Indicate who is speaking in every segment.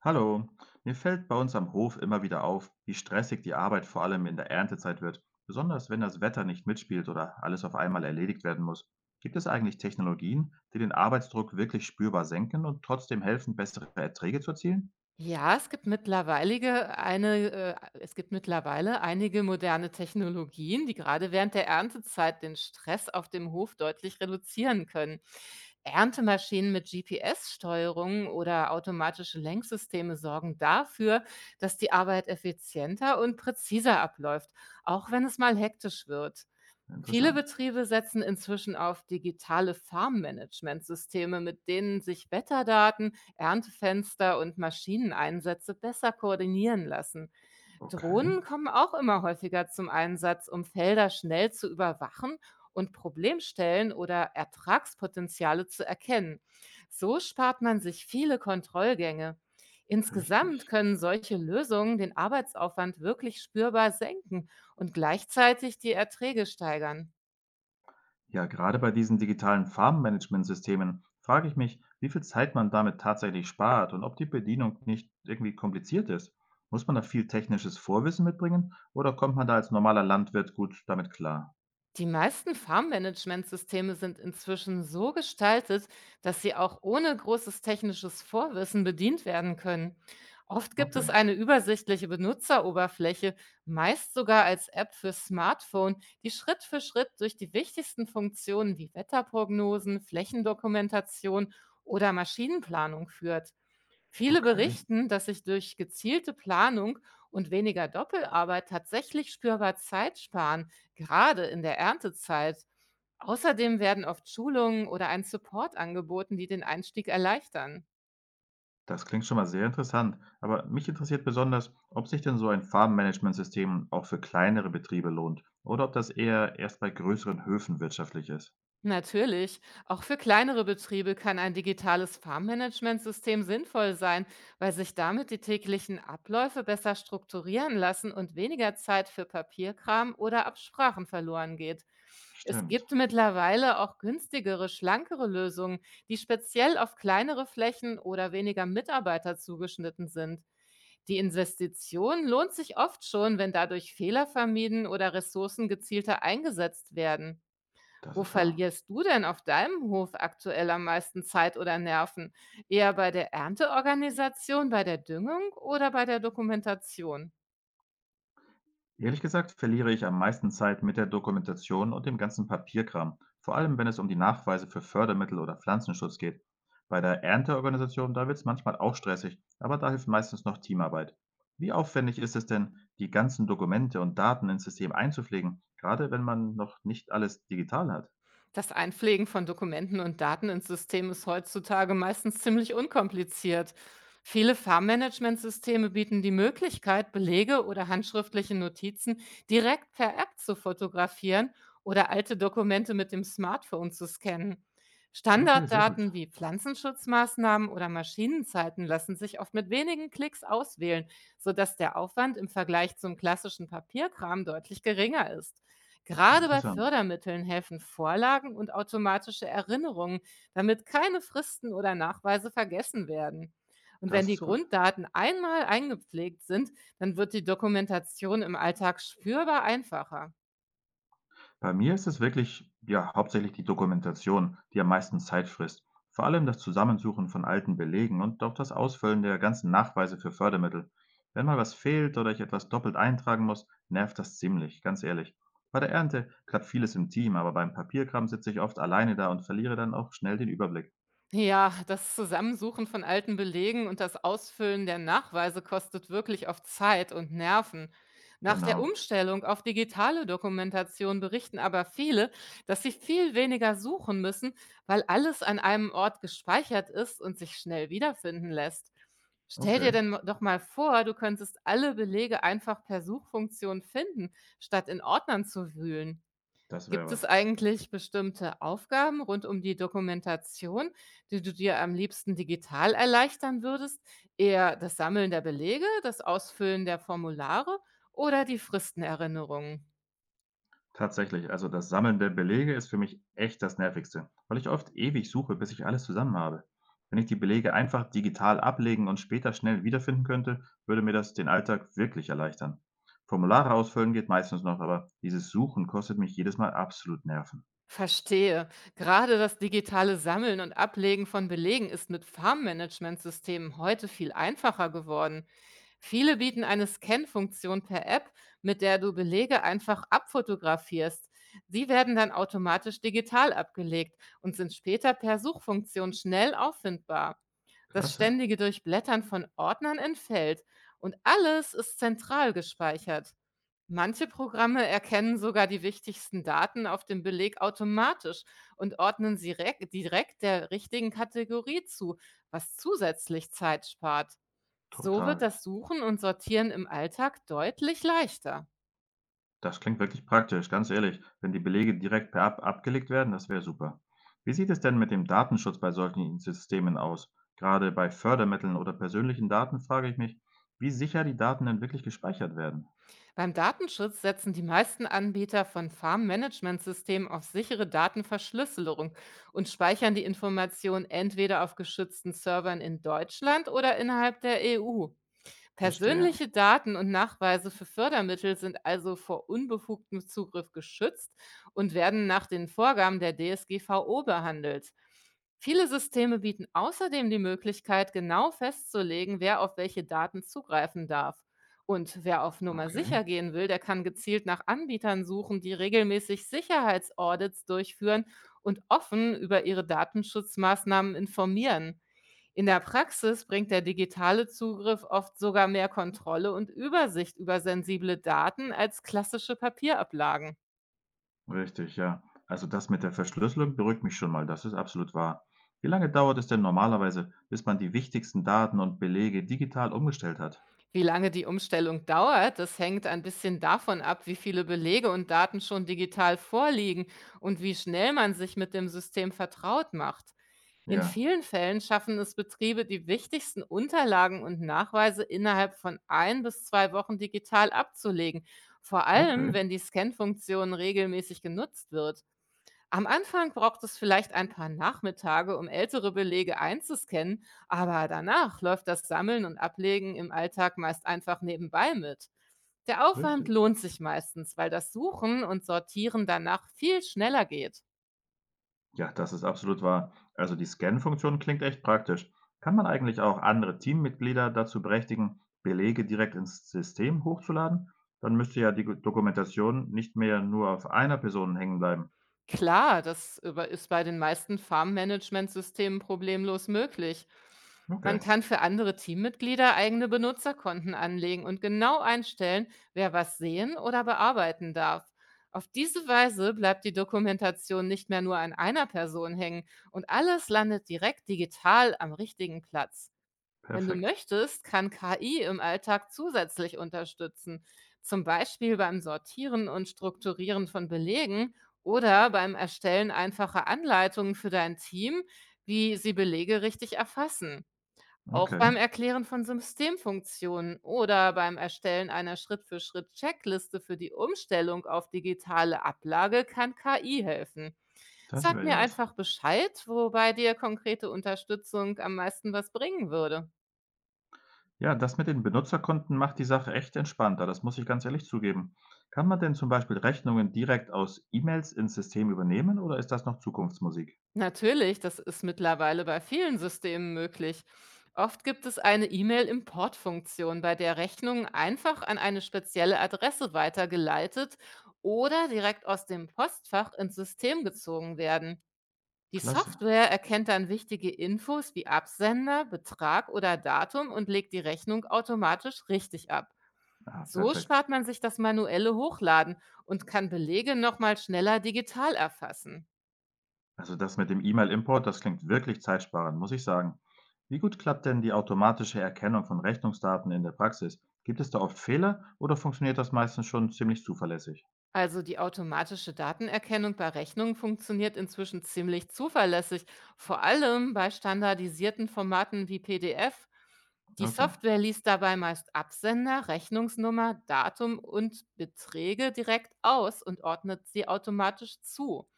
Speaker 1: Hallo, mir fällt bei uns am Hof immer wieder auf, wie stressig die Arbeit vor allem in der Erntezeit wird, besonders wenn das Wetter nicht mitspielt oder alles auf einmal erledigt werden muss. Gibt es eigentlich Technologien, die den Arbeitsdruck wirklich spürbar senken und trotzdem helfen, bessere Erträge zu erzielen?
Speaker 2: Ja, es gibt mittlerweile eine es gibt mittlerweile einige moderne Technologien, die gerade während der Erntezeit den Stress auf dem Hof deutlich reduzieren können. Erntemaschinen mit GPS-Steuerung oder automatische Lenksysteme sorgen dafür, dass die Arbeit effizienter und präziser abläuft, auch wenn es mal hektisch wird. Viele
Speaker 1: Interessant.
Speaker 2: Betriebe setzen inzwischen auf digitale Farmmanagementsysteme, mit denen sich Wetterdaten, Erntefenster und Maschineneinsätze besser koordinieren lassen.
Speaker 1: Okay,
Speaker 2: Drohnen kommen auch immer häufiger zum Einsatz, um Felder schnell zu überwachen und Problemstellen oder Ertragspotenziale zu erkennen. So spart man sich viele Kontrollgänge. Insgesamt
Speaker 1: richtig.
Speaker 2: können solche Lösungen den Arbeitsaufwand wirklich spürbar senken und gleichzeitig die Erträge steigern.
Speaker 1: Ja, gerade bei diesen digitalen Farbenmanagementsystemen frage ich mich, wie viel Zeit man damit tatsächlich spart und ob die Bedienung nicht irgendwie kompliziert ist. Muss man da viel technisches Vorwissen mitbringen oder kommt man da als normaler Landwirt gut damit klar?
Speaker 2: Die meisten Farmmanagementsysteme sind inzwischen so gestaltet, dass sie auch ohne großes technisches Vorwissen bedient werden können. Oft gibt
Speaker 1: Okay,
Speaker 2: es eine übersichtliche Benutzeroberfläche, meist sogar als App für Smartphone, die Schritt für Schritt durch die wichtigsten Funktionen wie Wetterprognosen, Flächendokumentation oder Maschinenplanung führt. Viele
Speaker 1: okay.
Speaker 2: berichten, dass sich durch gezielte Planung und weniger Doppelarbeit tatsächlich spürbar Zeit sparen, gerade in der Erntezeit. Außerdem werden oft Schulungen oder ein Support angeboten, die den Einstieg erleichtern.
Speaker 1: Das klingt schon mal sehr interessant, aber mich interessiert besonders, ob sich denn so ein Farbenmanagementsystem auch für kleinere Betriebe lohnt oder ob das eher erst bei größeren Höfen wirtschaftlich ist.
Speaker 2: Natürlich. Auch für kleinere Betriebe kann ein digitales Farmmanagementsystem sinnvoll sein, weil sich damit die täglichen Abläufe besser strukturieren lassen und weniger Zeit für Papierkram oder Absprachen verloren geht. Es
Speaker 1: Stimmt,
Speaker 2: gibt mittlerweile auch günstigere, schlankere Lösungen, die speziell auf kleinere Flächen oder weniger Mitarbeiter zugeschnitten sind. Die Investition lohnt sich oft schon, wenn dadurch Fehler vermieden oder Ressourcen gezielter eingesetzt werden.
Speaker 1: das
Speaker 2: Wo
Speaker 1: ist wahr.
Speaker 2: verlierst du denn auf deinem Hof aktuell am meisten Zeit oder Nerven? Eher bei der Ernteorganisation, bei der Düngung oder bei der Dokumentation?
Speaker 1: Ehrlich gesagt verliere ich am meisten Zeit mit der Dokumentation und dem ganzen Papierkram, vor allem wenn es um die Nachweise für Fördermittel oder Pflanzenschutz geht. Bei der Ernteorganisation, da wird es manchmal auch stressig, aber da hilft meistens noch Teamarbeit. Wie aufwendig ist es denn, die ganzen Dokumente und Daten ins System einzupflegen, gerade wenn man noch nicht alles digital hat?
Speaker 2: Das Einpflegen von Dokumenten und Daten ins System ist heutzutage meistens ziemlich unkompliziert. Viele Farmmanagementsysteme bieten die Möglichkeit, Belege oder handschriftliche Notizen direkt per App zu fotografieren oder alte Dokumente mit dem Smartphone zu scannen.
Speaker 1: Okay, sehr gut.
Speaker 2: Standarddaten wie Pflanzenschutzmaßnahmen oder Maschinenzeiten lassen sich oft mit wenigen Klicks auswählen, sodass der Aufwand im Vergleich zum klassischen Papierkram deutlich geringer ist. Gerade bei
Speaker 1: Interessant.
Speaker 2: Fördermitteln helfen Vorlagen und automatische Erinnerungen, damit keine Fristen oder Nachweise vergessen werden. Und wenn
Speaker 1: Das
Speaker 2: die
Speaker 1: ist gut.
Speaker 2: Grunddaten einmal eingepflegt sind, dann wird die Dokumentation im Alltag spürbar einfacher.
Speaker 1: Bei mir ist es wirklich, ja, hauptsächlich die Dokumentation, die am meisten Zeit frisst. Vor allem das Zusammensuchen von alten Belegen und auch das Ausfüllen der ganzen Nachweise für Fördermittel. Wenn mal was fehlt oder ich etwas doppelt eintragen muss, nervt das ziemlich, ganz ehrlich. Bei der Ernte klappt vieles im Team, aber beim Papierkram sitze ich oft alleine da und verliere dann auch schnell den Überblick.
Speaker 2: Ja, das Zusammensuchen von alten Belegen und das Ausfüllen der Nachweise kostet wirklich oft Zeit und Nerven. Nach der
Speaker 1: Genau.
Speaker 2: Umstellung auf digitale Dokumentation berichten aber viele, dass sie viel weniger suchen müssen, weil alles an einem Ort gespeichert ist und sich schnell wiederfinden lässt. Stell dir
Speaker 1: Okay,
Speaker 2: denn doch mal vor, du könntest alle Belege einfach per Suchfunktion finden, statt in Ordnern zu wühlen.
Speaker 1: das wäre
Speaker 2: Gibt es
Speaker 1: was.
Speaker 2: eigentlich bestimmte Aufgaben rund um die Dokumentation, die du dir am liebsten digital erleichtern würdest? Eher das Sammeln der Belege, das Ausfüllen der Formulare oder die Fristenerinnerungen?
Speaker 1: Tatsächlich, also das Sammeln der Belege ist für mich echt das Nervigste, weil ich oft ewig suche, bis ich alles zusammen habe. Wenn ich die Belege einfach digital ablegen und später schnell wiederfinden könnte, würde mir das den Alltag wirklich erleichtern. Formulare ausfüllen geht meistens noch, aber dieses Suchen kostet mich jedes Mal absolut Nerven.
Speaker 2: Verstehe. Gerade das digitale Sammeln und Ablegen von Belegen ist mit Farmmanagementsystemen heute viel einfacher geworden. Viele bieten eine Scan-Funktion per App, mit der du Belege einfach abfotografierst. Sie werden dann automatisch digital abgelegt und sind später per Suchfunktion schnell auffindbar. Das
Speaker 1: Klasse,
Speaker 2: ständige Durchblättern von Ordnern entfällt und alles ist zentral gespeichert. Manche Programme erkennen sogar die wichtigsten Daten auf dem Beleg automatisch und ordnen sie direkt der richtigen Kategorie zu, was zusätzlich Zeit spart. So wird
Speaker 1: total.
Speaker 2: das Suchen und Sortieren im Alltag deutlich leichter.
Speaker 1: Das klingt wirklich praktisch, ganz ehrlich. Wenn die Belege direkt per App abgelegt werden, das wäre super. Wie sieht es denn mit dem Datenschutz bei solchen Systemen aus? Gerade bei Fördermitteln oder persönlichen Daten frage ich mich, wie sicher die Daten denn wirklich gespeichert werden.
Speaker 2: Beim Datenschutz setzen die meisten Anbieter von Farmmanagementsystemen auf sichere Datenverschlüsselung und speichern die Informationen entweder auf geschützten Servern in Deutschland oder innerhalb der EU.
Speaker 1: Verstehe.
Speaker 2: Persönliche Daten und Nachweise für Fördermittel sind also vor unbefugtem Zugriff geschützt und werden nach den Vorgaben der DSGVO behandelt. Viele Systeme bieten außerdem die Möglichkeit, genau festzulegen, wer auf welche Daten zugreifen darf. Und wer auf Nummer
Speaker 1: Okay.
Speaker 2: sicher gehen will, der kann gezielt nach Anbietern suchen, die regelmäßig Sicherheitsaudits durchführen und offen über ihre Datenschutzmaßnahmen informieren. In der Praxis bringt der digitale Zugriff oft sogar mehr Kontrolle und Übersicht über sensible Daten als klassische Papierablagen.
Speaker 1: Richtig, ja. Also das mit der Verschlüsselung beruhigt mich schon mal, das ist absolut wahr. Wie lange dauert es denn normalerweise, bis man die wichtigsten Daten und Belege digital umgestellt hat?
Speaker 2: Wie lange die Umstellung dauert, das hängt ein bisschen davon ab, wie viele Belege und Daten schon digital vorliegen und wie schnell man sich mit dem System vertraut macht. In
Speaker 1: Ja,
Speaker 2: vielen Fällen schaffen es Betriebe, die wichtigsten Unterlagen und Nachweise innerhalb von ein bis zwei Wochen digital abzulegen, vor allem
Speaker 1: okay,
Speaker 2: wenn die Scan-Funktion regelmäßig genutzt wird. Am Anfang braucht es vielleicht ein paar Nachmittage, um ältere Belege einzuscannen, aber danach läuft das Sammeln und Ablegen im Alltag meist einfach nebenbei mit. Der Aufwand
Speaker 1: richtig.
Speaker 2: lohnt sich meistens, weil das Suchen und Sortieren danach viel schneller geht.
Speaker 1: Ja, das ist absolut wahr. Also die Scan-Funktion klingt echt praktisch. Kann man eigentlich auch andere Teammitglieder dazu berechtigen, Belege direkt ins System hochzuladen? Dann müsste ja die Dokumentation nicht mehr nur auf einer Person hängen bleiben.
Speaker 2: Klar, das über ist bei den meisten Farmmanagementsystemen problemlos möglich. Man
Speaker 1: Okay,
Speaker 2: kann für andere Teammitglieder eigene Benutzerkonten anlegen und genau einstellen, wer was sehen oder bearbeiten darf. Auf diese Weise bleibt die Dokumentation nicht mehr nur an einer Person hängen und alles landet direkt digital am richtigen Platz. Wenn du
Speaker 1: perfekt.
Speaker 2: möchtest, kann KI im Alltag zusätzlich unterstützen, zum Beispiel beim Sortieren und Strukturieren von Belegen oder beim Erstellen einfacher Anleitungen für dein Team, wie sie Belege richtig erfassen. Auch
Speaker 1: Okay,
Speaker 2: beim Erklären von Systemfunktionen oder beim Erstellen einer Schritt-für-Schritt-Checkliste für die Umstellung auf digitale Ablage kann KI helfen.
Speaker 1: das
Speaker 2: Sag
Speaker 1: wäre ja
Speaker 2: mir
Speaker 1: was.
Speaker 2: einfach Bescheid, wobei dir konkrete Unterstützung am meisten was bringen würde.
Speaker 1: Ja, das mit den Benutzerkonten macht die Sache echt entspannter, das muss ich ganz ehrlich zugeben. Kann man denn zum Beispiel Rechnungen direkt aus E-Mails ins System übernehmen oder ist das noch Zukunftsmusik?
Speaker 2: Natürlich, das ist mittlerweile bei vielen Systemen möglich. Oft gibt es eine E-Mail-Import-Funktion, bei der Rechnungen einfach an eine spezielle Adresse weitergeleitet oder direkt aus dem Postfach ins System gezogen werden. Die
Speaker 1: Klasse.
Speaker 2: Software erkennt dann wichtige Infos wie Absender, Betrag oder Datum und legt die Rechnung automatisch richtig ab.
Speaker 1: Ah,
Speaker 2: So
Speaker 1: perfekt.
Speaker 2: spart man sich das manuelle Hochladen und kann Belege nochmal schneller digital erfassen.
Speaker 1: Also das mit dem E-Mail-Import, das klingt wirklich zeitsparend, muss ich sagen. Wie gut klappt denn die automatische Erkennung von Rechnungsdaten in der Praxis? Gibt es da oft Fehler oder funktioniert das meistens schon ziemlich zuverlässig?
Speaker 2: Also die automatische Datenerkennung bei Rechnungen funktioniert inzwischen ziemlich zuverlässig, vor allem bei standardisierten Formaten wie PDF. Die
Speaker 1: Okay,
Speaker 2: Software liest dabei meist Absender, Rechnungsnummer, Datum und Beträge direkt aus und ordnet sie automatisch zu.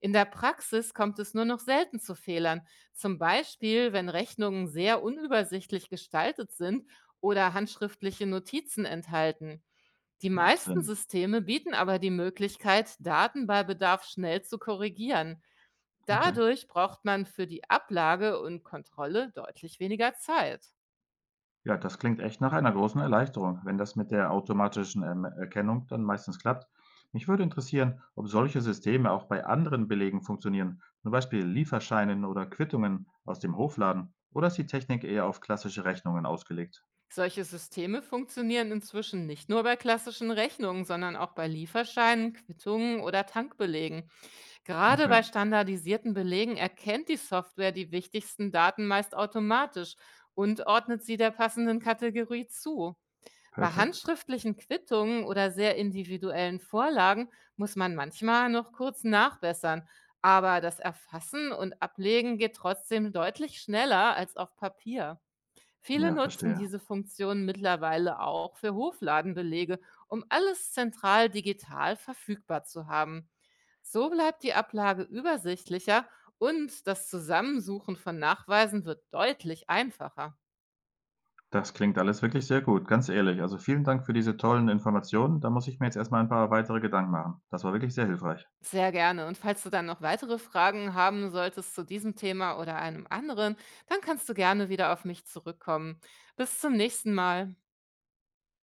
Speaker 2: In der Praxis kommt es nur noch selten zu Fehlern, zum Beispiel wenn Rechnungen sehr unübersichtlich gestaltet sind oder handschriftliche Notizen enthalten. Die
Speaker 1: macht
Speaker 2: meisten
Speaker 1: Sinn.
Speaker 2: Systeme bieten aber die Möglichkeit, Daten bei Bedarf schnell zu korrigieren.
Speaker 1: Okay.
Speaker 2: Dadurch braucht man für die Ablage und Kontrolle deutlich weniger Zeit.
Speaker 1: Ja, das klingt echt nach einer großen Erleichterung, wenn das mit der automatischen Erkennung dann meistens klappt. Mich würde interessieren, ob solche Systeme auch bei anderen Belegen funktionieren, zum Beispiel Lieferscheinen oder Quittungen aus dem Hofladen, oder ist die Technik eher auf klassische Rechnungen ausgelegt?
Speaker 2: Solche Systeme funktionieren inzwischen nicht nur bei klassischen Rechnungen, sondern auch bei Lieferscheinen, Quittungen oder Tankbelegen. Gerade
Speaker 1: Okay,
Speaker 2: bei standardisierten Belegen erkennt die Software die wichtigsten Daten meist automatisch und ordnet sie der passenden Kategorie zu. Bei
Speaker 1: perfekt.
Speaker 2: handschriftlichen Quittungen oder sehr individuellen Vorlagen muss man manchmal noch kurz nachbessern, aber das Erfassen und Ablegen geht trotzdem deutlich schneller als auf Papier. Viele
Speaker 1: Ja,
Speaker 2: nutzen
Speaker 1: verstehe.
Speaker 2: diese Funktion mittlerweile auch für Hofladenbelege, um alles zentral digital verfügbar zu haben. So bleibt die Ablage übersichtlicher und das Zusammensuchen von Nachweisen wird deutlich einfacher.
Speaker 1: Das klingt alles wirklich sehr gut, ganz ehrlich. Also vielen Dank für diese tollen Informationen. Da muss ich mir jetzt erst mal ein paar weitere Gedanken machen. Das war wirklich sehr hilfreich.
Speaker 2: Sehr gerne. Und falls du dann noch weitere Fragen haben solltest zu diesem Thema oder einem anderen, dann kannst du gerne wieder auf mich zurückkommen. Bis zum nächsten Mal.